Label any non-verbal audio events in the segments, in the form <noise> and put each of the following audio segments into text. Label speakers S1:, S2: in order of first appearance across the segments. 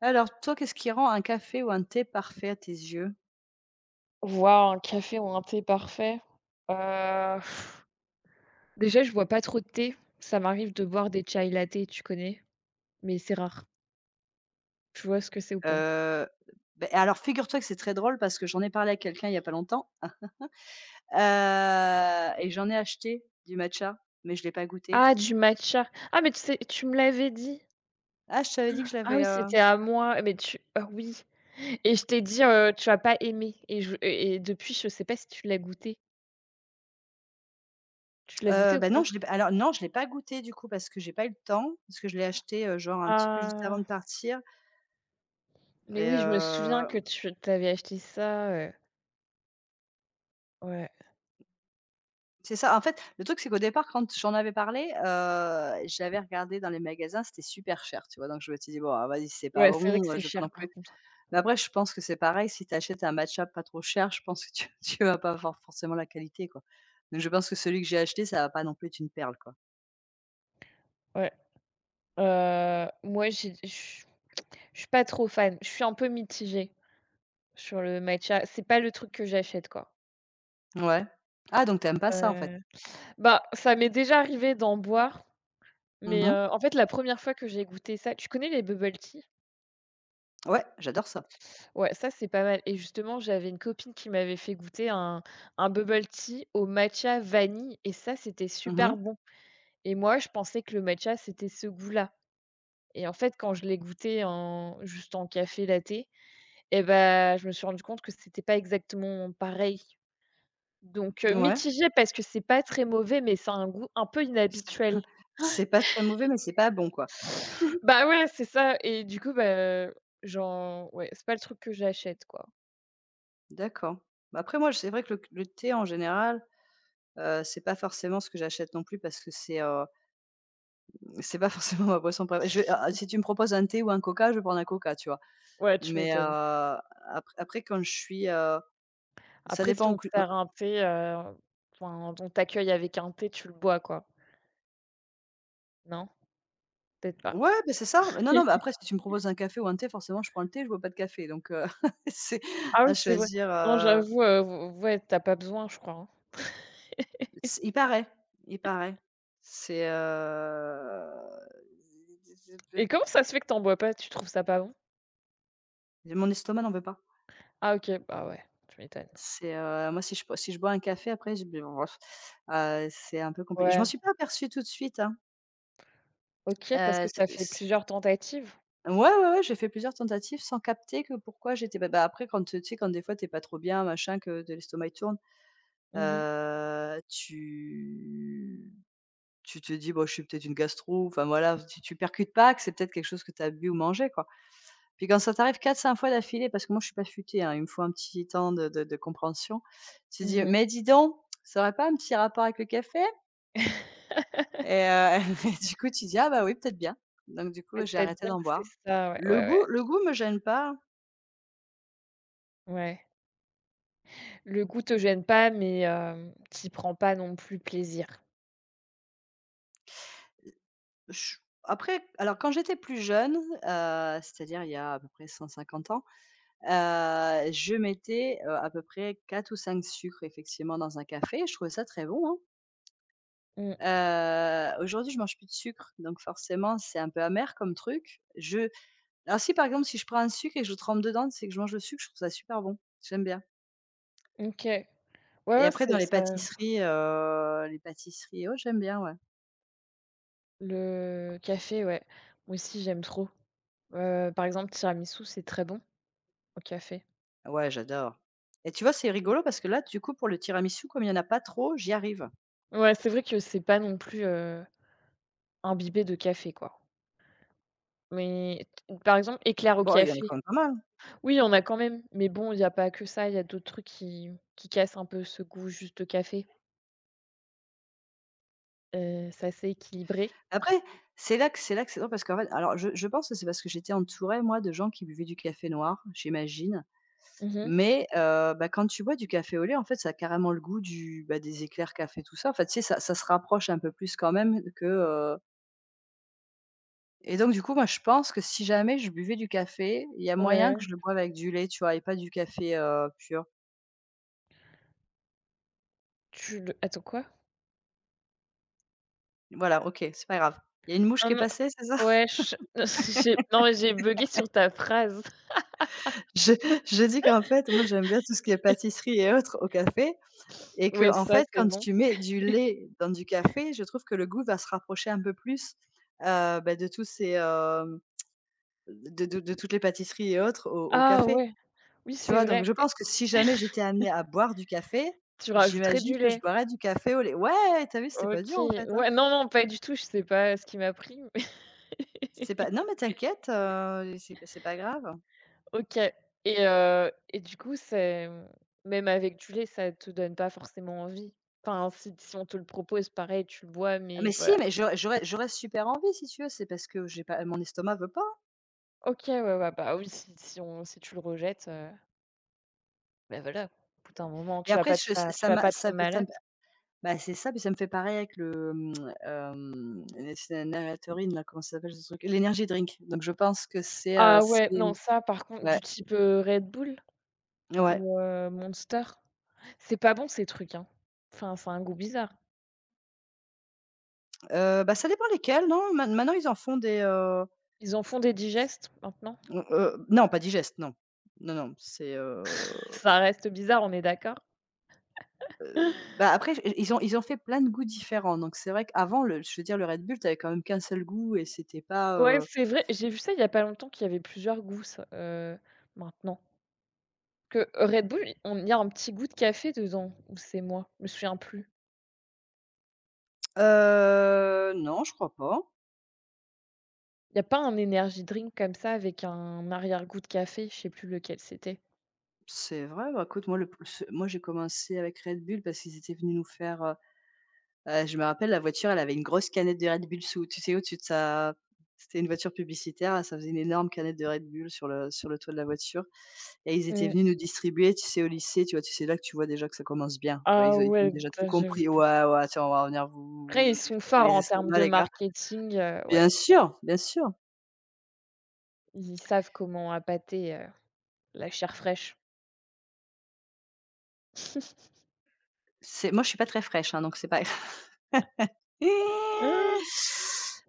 S1: Alors toi, qu'est-ce qui rend un café ou un thé parfait à tes yeux?
S2: Waouh, un café ou un thé parfait? Heu, Déjà, je bois pas trop de thé. Ça m'arrive de boire des chai latte, tu connais? Mais c'est rare. Tu vois ce que c'est ou pas?
S1: Heu, alors figure-toi que c'est très drôle parce que j'en ai parlé à quelqu'un il n'y a pas longtemps, <laughs> et j'en ai acheté du matcha, mais je ne l'ai pas goûté.
S2: Ah, du matcha. Ah, mais tu sais tu me l'avais dit.
S1: Ah, je t'avais dit que je
S2: Ah
S1: l'avais,
S2: oui, c'était à moi, mais tu ah oui et je t'ai dit, «Tu vas pas aimer» et je et depuis, je sais pas si tu l'as goûté. Tu l'as goûté ou
S1: bah, non,
S2: pas?
S1: je l'ai pas alors non, je l'ai pas goûté du coup parce que j'ai pas eu le temps, parce que je l'ai acheté, genre un petit peu juste avant
S2: Ah,
S1: de partir
S2: mais
S1: et
S2: oui, je me souviens que tu t'avais acheté ça, ouais.
S1: c'est ça. En fait, le truc, c'est qu'au départ, quand j'en avais parlé, j'avais regardé dans les magasins, c'était super cher, tu vois? Donc je me suis dit: «Bon, ah vas-y, c'est pas
S2: Ouais, c'est vrai que
S1: bon,
S2: c'est
S1: je vais pas
S2: cher,
S1: non
S2: par
S1: plus.»
S2: contre.
S1: Mais après, je pense que c'est pareil, si tu achètes un matcha pas trop cher, je pense que tu <laughs> tu vas pas avoir forcément la qualité, quoi. Donc je pense que celui que j'ai acheté, ça va pas non plus être une perle, quoi.
S2: Ouais, moi, j'ai je suis pas trop fan, je suis un peu mitigée sur le matcha. C'est pas le truc que j'achète, quoi.
S1: Ouais. Ah donc t'aimes pas ça, en fait?
S2: Heu Bah, ça m'est déjà arrivé d'en boire, mais
S1: Mmh.
S2: en fait, la première fois que j'ai goûté ça, tu connais les bubble tea?
S1: Ouais, j'adore ça.
S2: Ouais, ça, c'est pas mal et justement, j'avais une copine qui m'avait fait goûter un bubble tea au matcha vanille et ça, c'était
S1: Mmh.
S2: super bon et moi, je pensais que le matcha, c'était ce goût-là et en fait, quand je l'ai goûté en juste en café latte et bah, je me suis rendue compte que c'était pas exactement pareil. Donc
S1: Ouais.
S2: mitigé parce que c'est pas très mauvais, mais c'est un goût un peu
S1: C'est
S2: inhabituel.
S1: <laughs> c'est pas très mauvais, mais c'est pas bon, quoi.
S2: Bah, ouais, c'est ça et du coup, bah, genre ouais, c'est pas le truc que j'achète, quoi.
S1: D'accord. Bah, après moi, c'est vrai que le thé en général, c'est pas forcément ce que j'achète non plus parce que c'est pas <laughs> forcément ma boisson préférée. Je vais ah, si tu me proposes un thé ou un coca, je vais prendre un coca, tu vois?
S2: Ouais, tu
S1: Mais,
S2: m'étonnes.
S1: après après quand je suis, ça
S2: Après, si
S1: dépend en
S2: on te
S1: cui
S2: sert un thé, enfin, on t'accueille avec un thé, tu le bois, quoi. Non? Peut-être pas.
S1: ouais, beh, c'est ça. Non, non, mais après, si tu me proposes un café ou un thé, forcément, je prends le thé, je bois pas de café, donc <laughs> c'est
S2: Ah oui,
S1: à
S2: c'est vrai.
S1: choisir,
S2: Non, j'avoue, v ouais, t'as pas besoin, je crois, hein.
S1: c il paraît, il paraît. C'est,
S2: Et comment ça se fait que t'en bois pas? Tu trouves ça pas bon?
S1: mon estomac n'en veut pas.
S2: Ah OK, bah, ouais, tu m'étonnes.
S1: C'est, moi, si je bois un café après, j'ai c'est un peu compliqué. Je m'en
S2: Ouais,
S1: suis pas aperçue tout de suite, hein,
S2: OK, parce que tu fait
S1: c'est
S2: plusieurs tentatives?
S1: ouais, ouais, ouais, j'ai fait plusieurs tentatives sans capter que pourquoi j'étais bah, après, quand, tu sais, quand des fois, tu es pas trop bien, machin, que de l'estomac, il tourne.
S2: Mmh mh.
S1: Heu, tu Tu te dis: «Bon, je suis peut-être une gastro», enfin voilà, tu percutes pas que c'est peut-être quelque chose que tu as bu ou mangé, quoi. Puis quand ça t'arrive quatre cinq fois d'affilée, parce que moi je suis pas futée, hein, il me faut un petit temps de compréhension. Tu te dis: «Mais dis donc, ça aurait pas un petit rapport avec le café?»
S2: <laughs>
S1: Et <laughs> et du coup tu dis: «Ah bah oui, peut-être bien». Donc du coup, j'ai
S2: Peut-être
S1: arrêté
S2: bien
S1: d'en
S2: que
S1: boire.
S2: c'est ça, ouais, ouais,
S1: Le goût me gêne pas.
S2: ouais, ouais. Le goût te gêne pas, mais tu prends pas non plus plaisir.
S1: Je Après, alors quand j'étais plus jeune, c'est-à-dire il y a à peu près 150 ans, je mettais, à peu près 4 ou 5 sucres effectivement dans un café, je trouvais ça très bon, hein.
S2: Mmh,
S1: Aujourd'hui je mange plus de sucre, donc forcément c'est un peu amer comme truc. Je Alors si par exemple si je prends un sucre et que je trempe dedans, c'est que je mange le sucre, je trouve ça super bon, j'aime bien.
S2: OK. Ouais,
S1: Et
S2: ouais,
S1: après dans
S2: c'est ça,
S1: les pâtisseries oh, j'aime bien, ouais.
S2: le café, ouais. Moi aussi, j'aime trop. Par exemple, tiramisu, c'est très bon au café.
S1: Ouais, j'adore. Et tu vois, c'est rigolo parce que là, du coup, pour le tiramisu, comme il y en a pas trop, j'y arrive.
S2: Ouais, c'est vrai que c'est pas non plus, imbibé de café, quoi. Mais t par exemple, éclair au
S1: Bon, il y en a
S2: café,
S1: quand même pas mal, hein.
S2: oui, on a quand même, mais bon, il y a pas que ça, il y a d'autres trucs qui cassent un peu ce goût juste de café. C'est assez équilibré.
S1: Après, c'est là que c'est drôle parce qu'en fait alors je pense que c'est parce que j'étais entourée moi de gens qui buvaient du café noir, j'imagine.
S2: Mmh.
S1: Mais bah, quand tu bois du café au lait, en fait, ça a carrément le goût du, bah, des éclairs café tout ça. En fait, tu sais, ça se rapproche un peu plus quand même que, et donc du coup, moi, je pense que si jamais je buvais du café, il y a moyen que
S2: Ouais.
S1: je le boive avec du lait, tu vois? Et pas du café, pur.
S2: Tu le attends quoi?
S1: Voilà, OK, c'est pas grave. Il y a une mouche
S2: Ah
S1: qui est
S2: non,
S1: passée, c'est ça?
S2: ouais,
S1: <laughs>
S2: ch <laughs> j'ai non, mais j'ai buggé sur ta phrase.
S1: Je je dis qu'en fait, moi, j'aime bien tout ce qui est pâtisserie et autres au café. Et que
S2: Oui,
S1: en
S2: ça,
S1: fait,
S2: c'est
S1: quand
S2: bon.
S1: tu mets du lait dans du café, je trouve que le goût va se rapprocher un peu plus, bah, de tous ces, de toutes les pâtisseries et autres au
S2: Ah
S1: café,
S2: ouais, oui,
S1: tu
S2: c'est
S1: vois? Donc
S2: vrai,
S1: je pense que si jamais j'étais amenée à boire du café,
S2: tu rajouterais
S1: j'imagine
S2: du
S1: que je
S2: lait.
S1: boirais du café au lait. Ouais, t'as vu, c'était pas
S2: OK.
S1: dur en fait, hein.
S2: Ouais, non, non, pas du tout, je sais pas ce qui m'a pris, mais
S1: C'est pas
S2: <laughs>
S1: non mais t'inquiète, c'est pas grave.
S2: OK. Et du coup, c'est, même avec du lait, ça te donne pas forcément envie? Enfin, si si on te le propose, pareil, tu le bois,
S1: Ah,
S2: mais
S1: mais si,
S2: voilà.
S1: mais j'aurais super envie si tu veux, c'est parce que j'ai pas mon estomac veut pas.
S2: OK, ouais, ouais, bah, oui, si si on si tu le rejettes, bah, voilà, au bout d'un moment,
S1: Et après je
S2: tu
S1: ça
S2: vas
S1: m'a
S2: pas te
S1: ça
S2: rendre
S1: ça
S2: malade.
S1: bah, c'est ça, puis ça me fait pareil avec le, c'est la Narétorine là, comment ça s'appelle ce truc? L'Energy Drink. Donc je pense que
S2: Ah ouais,
S1: c'est
S2: non, ça par contre
S1: ouais,
S2: du type, Red Bull
S1: ouais,
S2: ou Monster, c'est pas bon ces trucs, hein. Enfin, c'est un goût bizarre.
S1: bah, ça dépend lesquels, non? Maintenant ils en font des,
S2: Ils en font des digestes maintenant.
S1: non pas Digest, non. Non, non, c'est,
S2: Ça reste bizarre, on est d'accord?
S1: bah, après i ils ont fait plein de goûts différents, donc c'est vrai qu'avant le je veux dire le Red Bull, tu avais quand même qu'un seul goût et c'était pas,
S2: Ouais, c'est vrai, j'ai vu ça il y a pas longtemps qu'il y avait plusieurs goûts ça, maintenant. Que Red Bull, on il y a un petit goût de café dedans ou c'est moi? Je me souviens plus.
S1: non, je crois pas.
S2: Il y a pas un energy drink comme ça avec un arrière-goût de café? Je sais plus lequel c'était.
S1: C'est vrai, bah, écoute moi le plus moi j'ai commencé avec Red Bull parce qu'ils étaient venus nous faire, je me rappelle la voiture, elle avait une grosse canette de Red Bull sous tu sais, au-dessus de sa c'était une voiture publicitaire, ça faisait une énorme canette de Red Bull sur le toit de la voiture et ils étaient
S2: Mmh.
S1: venus nous distribuer, tu sais, au lycée, tu vois? Tu sais là que tu vois déjà que ça commence bien. Tu vois?
S2: Ah
S1: Ils ont
S2: ouais,
S1: déjà tout
S2: bah, j'avoue.
S1: compris. «Ouais, ouais, tiens, on va venir
S2: Après, ils
S1: vous
S2: sont
S1: défoncer
S2: forts
S1: les
S2: en termes
S1: estomacs
S2: de
S1: les gars».
S2: marketing, ouais.
S1: Bien sûr, bien sûr.
S2: Ils savent comment appâter, la chair fraîche. Hein? <laughs>
S1: C'est moi je suis pas très fraîche, hein, donc c'est pas. Eh!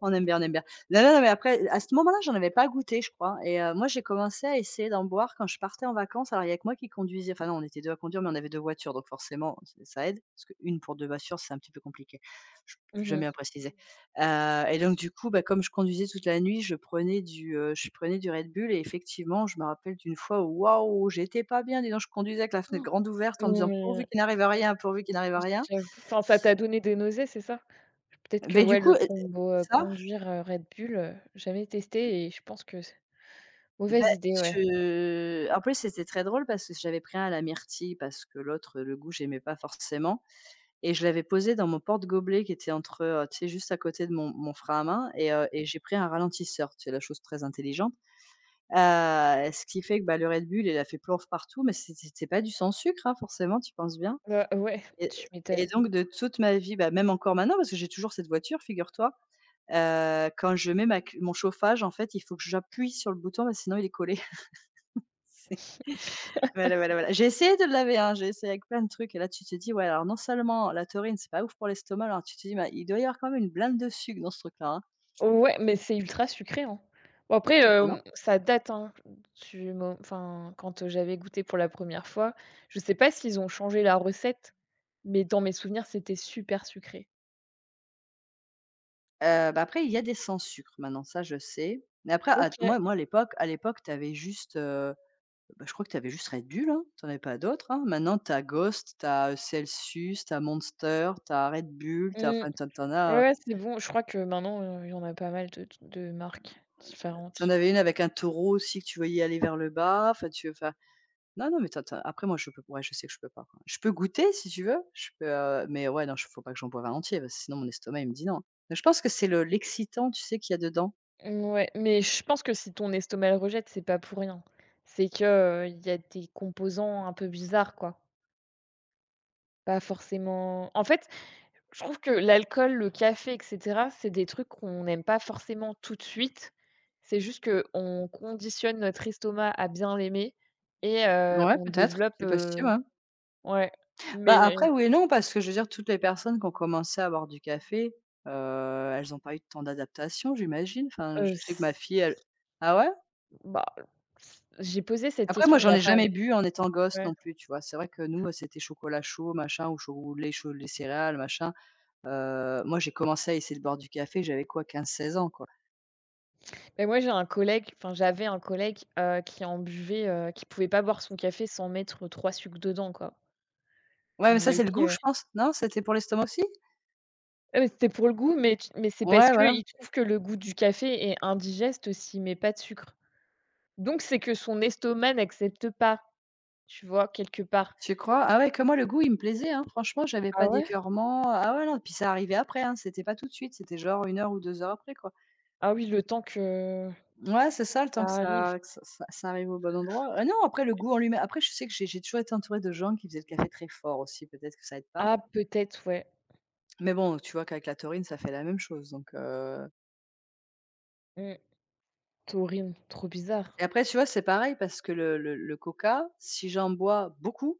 S1: On aime bien, on aime bien. Non, non, non, mais après, à ce moment-là, j'en avais pas goûté, je crois et moi, j'ai commencé à essayer d'en boire quand je partais en vacances. Alors, il y a que moi qui conduisais, enfin non, on était 2 à conduire, mais on avait 2 voitures, donc forcément, ç ça aide, parce qu'un pour 2 voitures, c'est un petit peu compliqué. Je
S2: Mmh
S1: J'aime bien
S2: mh.
S1: préciser, et donc du coup, bah, comme je conduisais toute la nuit, je prenais du Red Bull et effectivement, je me rappelle d'une fois où, waouh, j'étais pas bien, dis donc, je conduisais avec la fenêtre grande ouverte en me
S2: Non
S1: disant: «Pourvu
S2: mais
S1: qu'il n'arrive rien, pourvu qu'il n'arrive rien».
S2: j'avoue, enfin, ça t'a donné des nausées, c'est ça? Peut-être que
S1: Mais du
S2: ouais,
S1: coup
S2: le
S1: et
S2: combo,
S1: ça.
S2: conduire, Red Bull, jamais testé et je pense que c'est
S1: Bah,
S2: mauvaise idée, ouais.
S1: je en plus, c'était très drôle parce que j'avais pris un à la myrtille parce que l'autre, le goût, j'aimais pas forcément et je l'avais posé dans mon porte-gobelet qui était entre, tu sais, juste à côté de mon frein à main et j'ai pris un ralentisseur, tu sais, la chose très intelligente, ce qui fait que, bah, le Red Bull, il a fait plouf partout, mais c'était pas du sans sucre, hein, forcément, tu penses bien
S2: Ouais,
S1: et
S2: tu m'étonnes.
S1: donc de toute ma vie, bah, même encore maintenant parce que j'ai toujours cette voiture, figure-toi, quand je mets ma cl mon chauffage, en fait, il faut que j'appuie sur le bouton, bah, sinon il est collé. <laughs>
S2: <laughs>
S1: Voilà, voilà, voilà. J'ai essayé de le laver, hein, j'ai essayé avec plein de trucs et là tu te dis: «Ouais, alors non seulement la taurine, c'est pas ouf pour l'estomac», alors tu te dis: «Mais il doit y avoir quand même une blinde de sucre dans ce truc-là, hein».
S2: Ouais, mais c'est ultra sucré, hein. Bon après,
S1: Totalement.
S2: ça date, hein, du mo enfin, quand, j'avais goûté pour la première fois, je sais pas s'ils ont changé la recette, mais dans mes souvenirs, c'était super sucré.
S1: Bah, après il y a des sans sucre maintenant, ça je sais. Mais après à
S2: OK.
S1: moi moi à l'époque tu avais juste, bah, je crois que tu avais juste Red Bull, hein, tu en avais pas d'autres, hein. Maintenant t'as Ghost, t'as Celsius, t'as Monster, t'as Red Bull,
S2: Mmh.
S1: tu as
S2: Ouais,
S1: enfin tu en as,
S2: ouais, c'est bon. Je crois que maintenant, il y en a pas mal de marques
S1: tu
S2: différentes.
S1: avais une avec un taureau aussi que tu voyais aller vers le bas, enfin tu enfin. Non, non, mais tu as après moi je peux ouais, je sais que je peux pas, quoi. Je peux goûter si tu veux, je peux, mais ouais, non, j faut pas que j'en boive un entier parce que sinon mon estomac il me dit non. Je pense que c'est le l'excitant, tu sais, qu'il y a dedans.
S2: Mmh. Ouais, mais je pense que si ton estomac le rejette, c'est pas pour rien. C'est que, il y a des composants un peu bizarres, quoi. Pas forcément en fait, je trouve que l'alcool, le café et cetera, c'est des trucs qu'on n'aime pas forcément tout de suite. C'est juste que on conditionne notre estomac à bien l'aimer et
S1: Ouais,
S2: on
S1: peut-être,
S2: développe,
S1: c'est possible, ouais.
S2: ouais,
S1: Bah,
S2: mais,
S1: après oui et non, parce que je veux dire toutes les personnes qui ont commencé à boire du café, heu, elles n'ont pas eu tant d'adaptation j'imagine? Enfin, je
S2: s
S1: sais que ma fille elle ah ouais?
S2: bah, s j'ai posé cette
S1: Après moi
S2: question il y
S1: j'en
S2: a
S1: ai
S2: pas
S1: jamais
S2: long
S1: bu en étant gosse non plus, tu vois? C'est vrai que nous, c'était chocolat chaud, machin, ou cho ou lait chaud, lait céréales, machin. Moi j'ai commencé à essayer de boire du café, j'avais quoi quinze seize ans, quoi.
S2: mais moi, j'ai un collègue, enfin, j'avais un collègue, qui en buvait, qui pouvait pas boire son café sans mettre 3 sucres dedans, quoi. Tu
S1: Ouais,
S2: te
S1: mais ça
S2: dis:
S1: c'est
S2: «OK,
S1: le goût
S2: ouais».
S1: je pense, non? C'était pour l'estomac aussi?
S2: Ah mais c'était pour le goût, mais c'est parce
S1: Ouais,
S2: que
S1: voilà.
S2: il trouve que le goût du café est indigeste s'il met pas de sucre. Donc c'est que son estomac n'accepte pas, tu vois, quelque part.
S1: Tu crois? Ah ouais, que moi le goût il me plaisait, hein. Franchement, j'avais
S2: Ah
S1: pas
S2: ouais?
S1: d'écoeurement. Ah ouais, non, puis ça arrivait après, hein, c'était pas tout de suite, c'était genre une heure ou 2 heures après, quoi.
S2: Ah oui, le temps que
S1: Ouais, c'est ça, le
S2: ça
S1: temps que
S2: arrive.
S1: ça arrive au bon endroit. Ah non, après le goût en lui-même après je sais que j'ai toujours été entourée de gens qui faisaient le café très fort aussi, peut-être que ça aide pas.
S2: Ah peut-être, ouais.
S1: Mais bon, tu vois qu'avec la taurine, ça fait la même chose donc
S2: Mmh. C'est trop bizarre.
S1: et après tu vois, c'est pareil parce que le coca, si j'en bois beaucoup,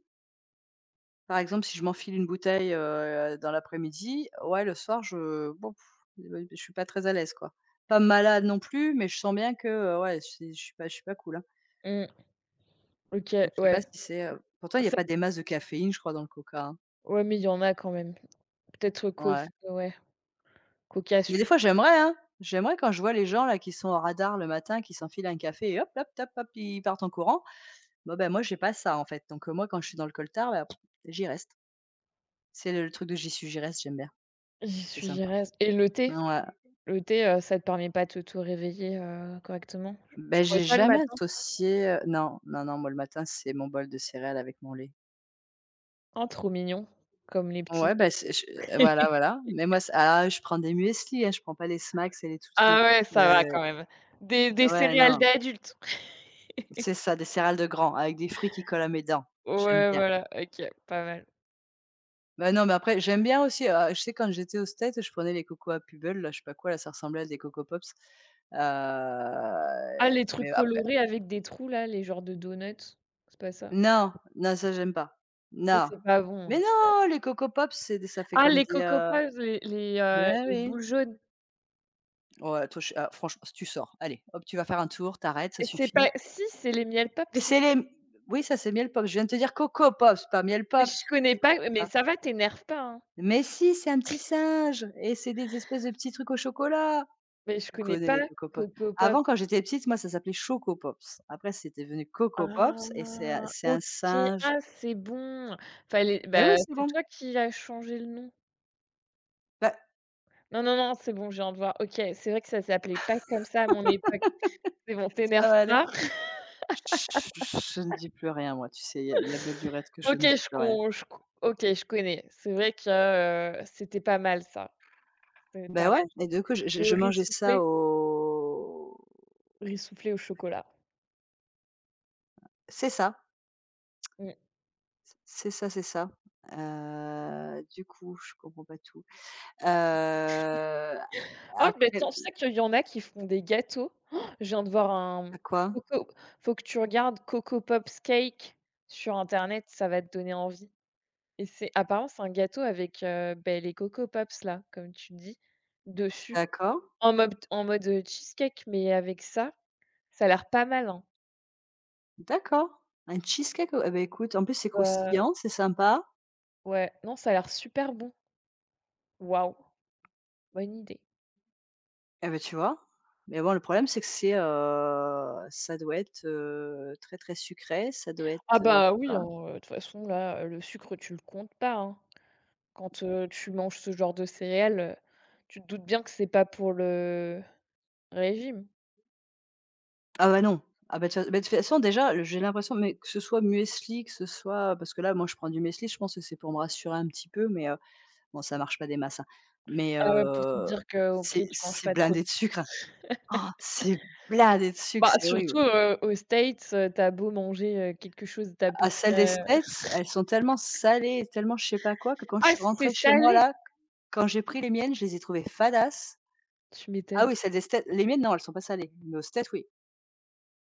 S1: par exemple, si je m'enfile une bouteille, dans l'après-midi, ouais, le soir, je bon, pff, je suis pas très à l'aise, quoi. Pas malade non plus, mais je sens bien que, ouais, c'est je suis pas cool, hein.
S2: Mmh. OK,
S1: Donc je sais pas si
S2: ouais.
S1: c'est, pourtant il y a
S2: Ça
S1: pas des masses de caféine, je crois, dans le coca, hein?
S2: ouais, mais il y en a quand même. Peut-être cof
S1: Ouais.
S2: Ouais, coca.
S1: Mais des fois j'aimerais, hein. J'aimerais quand je vois les gens là qui sont au radar le matin, qui s'enfilent un café et hop, hop, top, hop, ils partent en courant. Bah ben moi j'ai pas ça en fait. Donc moi quand je suis dans le coltard, bah, pff, j'y reste. C'est le truc de «j'y suis, j'y reste», j'aime bien.
S2: J'y
S1: C'est sympa.
S2: suggérais s et le thé?
S1: Ouais.
S2: Le thé, ça te permet pas de t'auto-réveiller, correctement?
S1: Beh,
S2: Tu bois
S1: j'ai
S2: ça le
S1: jamais
S2: matin?
S1: associé, non, non, non, moi le matin, c'est mon bol de céréales avec mon lait.
S2: Oh, trop mignon, comme les petits.
S1: Ouais, ben c'est je voilà,
S2: <laughs>
S1: voilà. Mais moi c'est ah je prends des muesli, hein, je prends pas les Smacks et les tout trucs,
S2: Ah ouais, ça
S1: heu
S2: va quand même. Des
S1: ouais,
S2: céréales
S1: non.
S2: d'adultes. <laughs>
S1: C'est ça, des céréales de grand avec des fruits qui collent à mes dents. J'aime
S2: Ouais,
S1: bien.
S2: voilà, OK, pas mal.
S1: Bah, non, mais après, j'aime bien aussi, je sais quand j'étais aux States, je prenais les cocos à Pebbles, là, je sais pas quoi, là, ça ressemblait à des Coco Pops. Heu,
S2: Ah, les
S1: mais
S2: trucs
S1: après
S2: colorés avec des trous là, les genres de donuts, c'est pas ça?
S1: non, non, ça j'aime pas.
S2: Ça,
S1: Non.
S2: c'est pas bon,
S1: Mais
S2: hein.
S1: non, les Coco Pops, c'est ça fait
S2: Ah,
S1: comme
S2: les
S1: des,
S2: Coco Pops,
S1: mais
S2: les
S1: oui.
S2: boules jaunes.
S1: Ouais, toi, je ah, franchement, si tu sors, allez, hop, tu vas faire un tour, t'arrêtes ça
S2: Et c'est
S1: suffit.
S2: pas si, c'est les Miel
S1: Mais
S2: Pops,
S1: c'est
S2: non?
S1: les oui, ça, c'est Miel Pops. Je viens de te dire Coco Pops, pas Miel
S2: Mais
S1: Pops.
S2: je connais
S1: Tu
S2: pas, mais
S1: pas.
S2: ça va, t'énerve pas, hein?
S1: Mais si, c'est un petit singe et c'est des espèces de petits trucs au chocolat.
S2: Mais je
S1: Tu
S2: connais
S1: connais
S2: pas
S1: les Coco Pops.
S2: Coco Pops.
S1: Avant, quand j'étais petite, moi, ça s'appelait Choco Pops. Après, c'était devenu Coco Pops et c'est un
S2: Ah
S1: c'est un
S2: OK.
S1: singe
S2: Ah c'est bon. Fallait
S1: mais oui,
S2: bah,
S1: c'est
S2: c'est
S1: bon,
S2: toi qui as changé le nom?
S1: bah,
S2: Non, non, non, c'est bon, je viens de voir. OK, c'est vrai que ça s'appelait pas comme ça à mon époque. C'est bon,
S1: ça
S2: t'énerve
S1: va aller.
S2: pas.
S1: Chut, je ne dis plus rien moi, tu sais, il y a belle
S2: <laughs>
S1: lurette que je
S2: OK,
S1: ne dis
S2: je
S1: plus
S2: con
S1: rien.
S2: je co OK, je connais. C'est vrai que, c'était pas mal ça. C'était pas
S1: Ben
S2: mal.
S1: ouais et du coup, je je
S2: Le
S1: je
S2: riz
S1: mangeais ça
S2: soufflé
S1: au
S2: Riz soufflé au chocolat.
S1: c'est ça,
S2: Mmh.
S1: c'est ça, c'est ça. Du coup, je comprends pas tout. Heu,
S2: Oh, mais
S1: après
S2: tiens, tu sais qu'il y en a qui font des gâteaux? Oh, je viens de voir un
S1: à quoi?
S2: Coco, faut que tu regardes Coco Pops Cake sur internet, ça va te donner envie et c'est apparemment, c'est un gâteau avec, beh, les Coco Pops là, comme tu dis, dessus,
S1: D'accord.
S2: en mode, cheesecake mais avec ça, ça a l'air pas mal, hein.
S1: D'accord, un cheesecake, eh beh, écoute, en plus, c'est
S2: Heu,
S1: croustillant, c'est sympa.
S2: ouais, non, ça a l'air super bon. Waouh, bonne idée.
S1: Eh ben tu vois? Mais bon, le problème, c'est que c'est, ça doit être, très, très sucré, ça doit
S2: Ah
S1: être,
S2: bah,
S1: tu
S2: oui, hein,
S1: vois?
S2: de toute façon là, le sucre tu le comptes pas, hein. Quand, tu manges ce genre de céréales, tu te doutes bien que c'est pas pour le régime?
S1: Ah bah, non. Ah bah, de toute fa bah, de toute façon, déjà, le- j'ai l'impression, mais que ce soit muesli, que ce soit parce que là, moi, je prends du muesli, je pense que c'est pour me rassurer un petit peu, mais bon, ça marche pas des masses, hein. Mais
S2: Ah ouais, pour te dire que OK, tu manges
S1: c'est
S2: pas trop
S1: blindé de sucre. Han! C'est blindé de sucre,
S2: bah,
S1: c'est horrible.
S2: surtout, aux States, tu beau manger, quelque chose d'à peu
S1: À celles des
S2: près,
S1: States, elles sont tellement salées et tellement je sais pas quoi, que quand je
S2: ah,
S1: suis
S2: c'est
S1: rentrée chez moi
S2: salé!
S1: là, quand j'ai pris les miennes, je les ai trouvées fadasses.
S2: Tu
S1: Ah
S2: m'étonnes.
S1: oui, celles des States les miennes non, elles sont pas salées, mais aux States oui.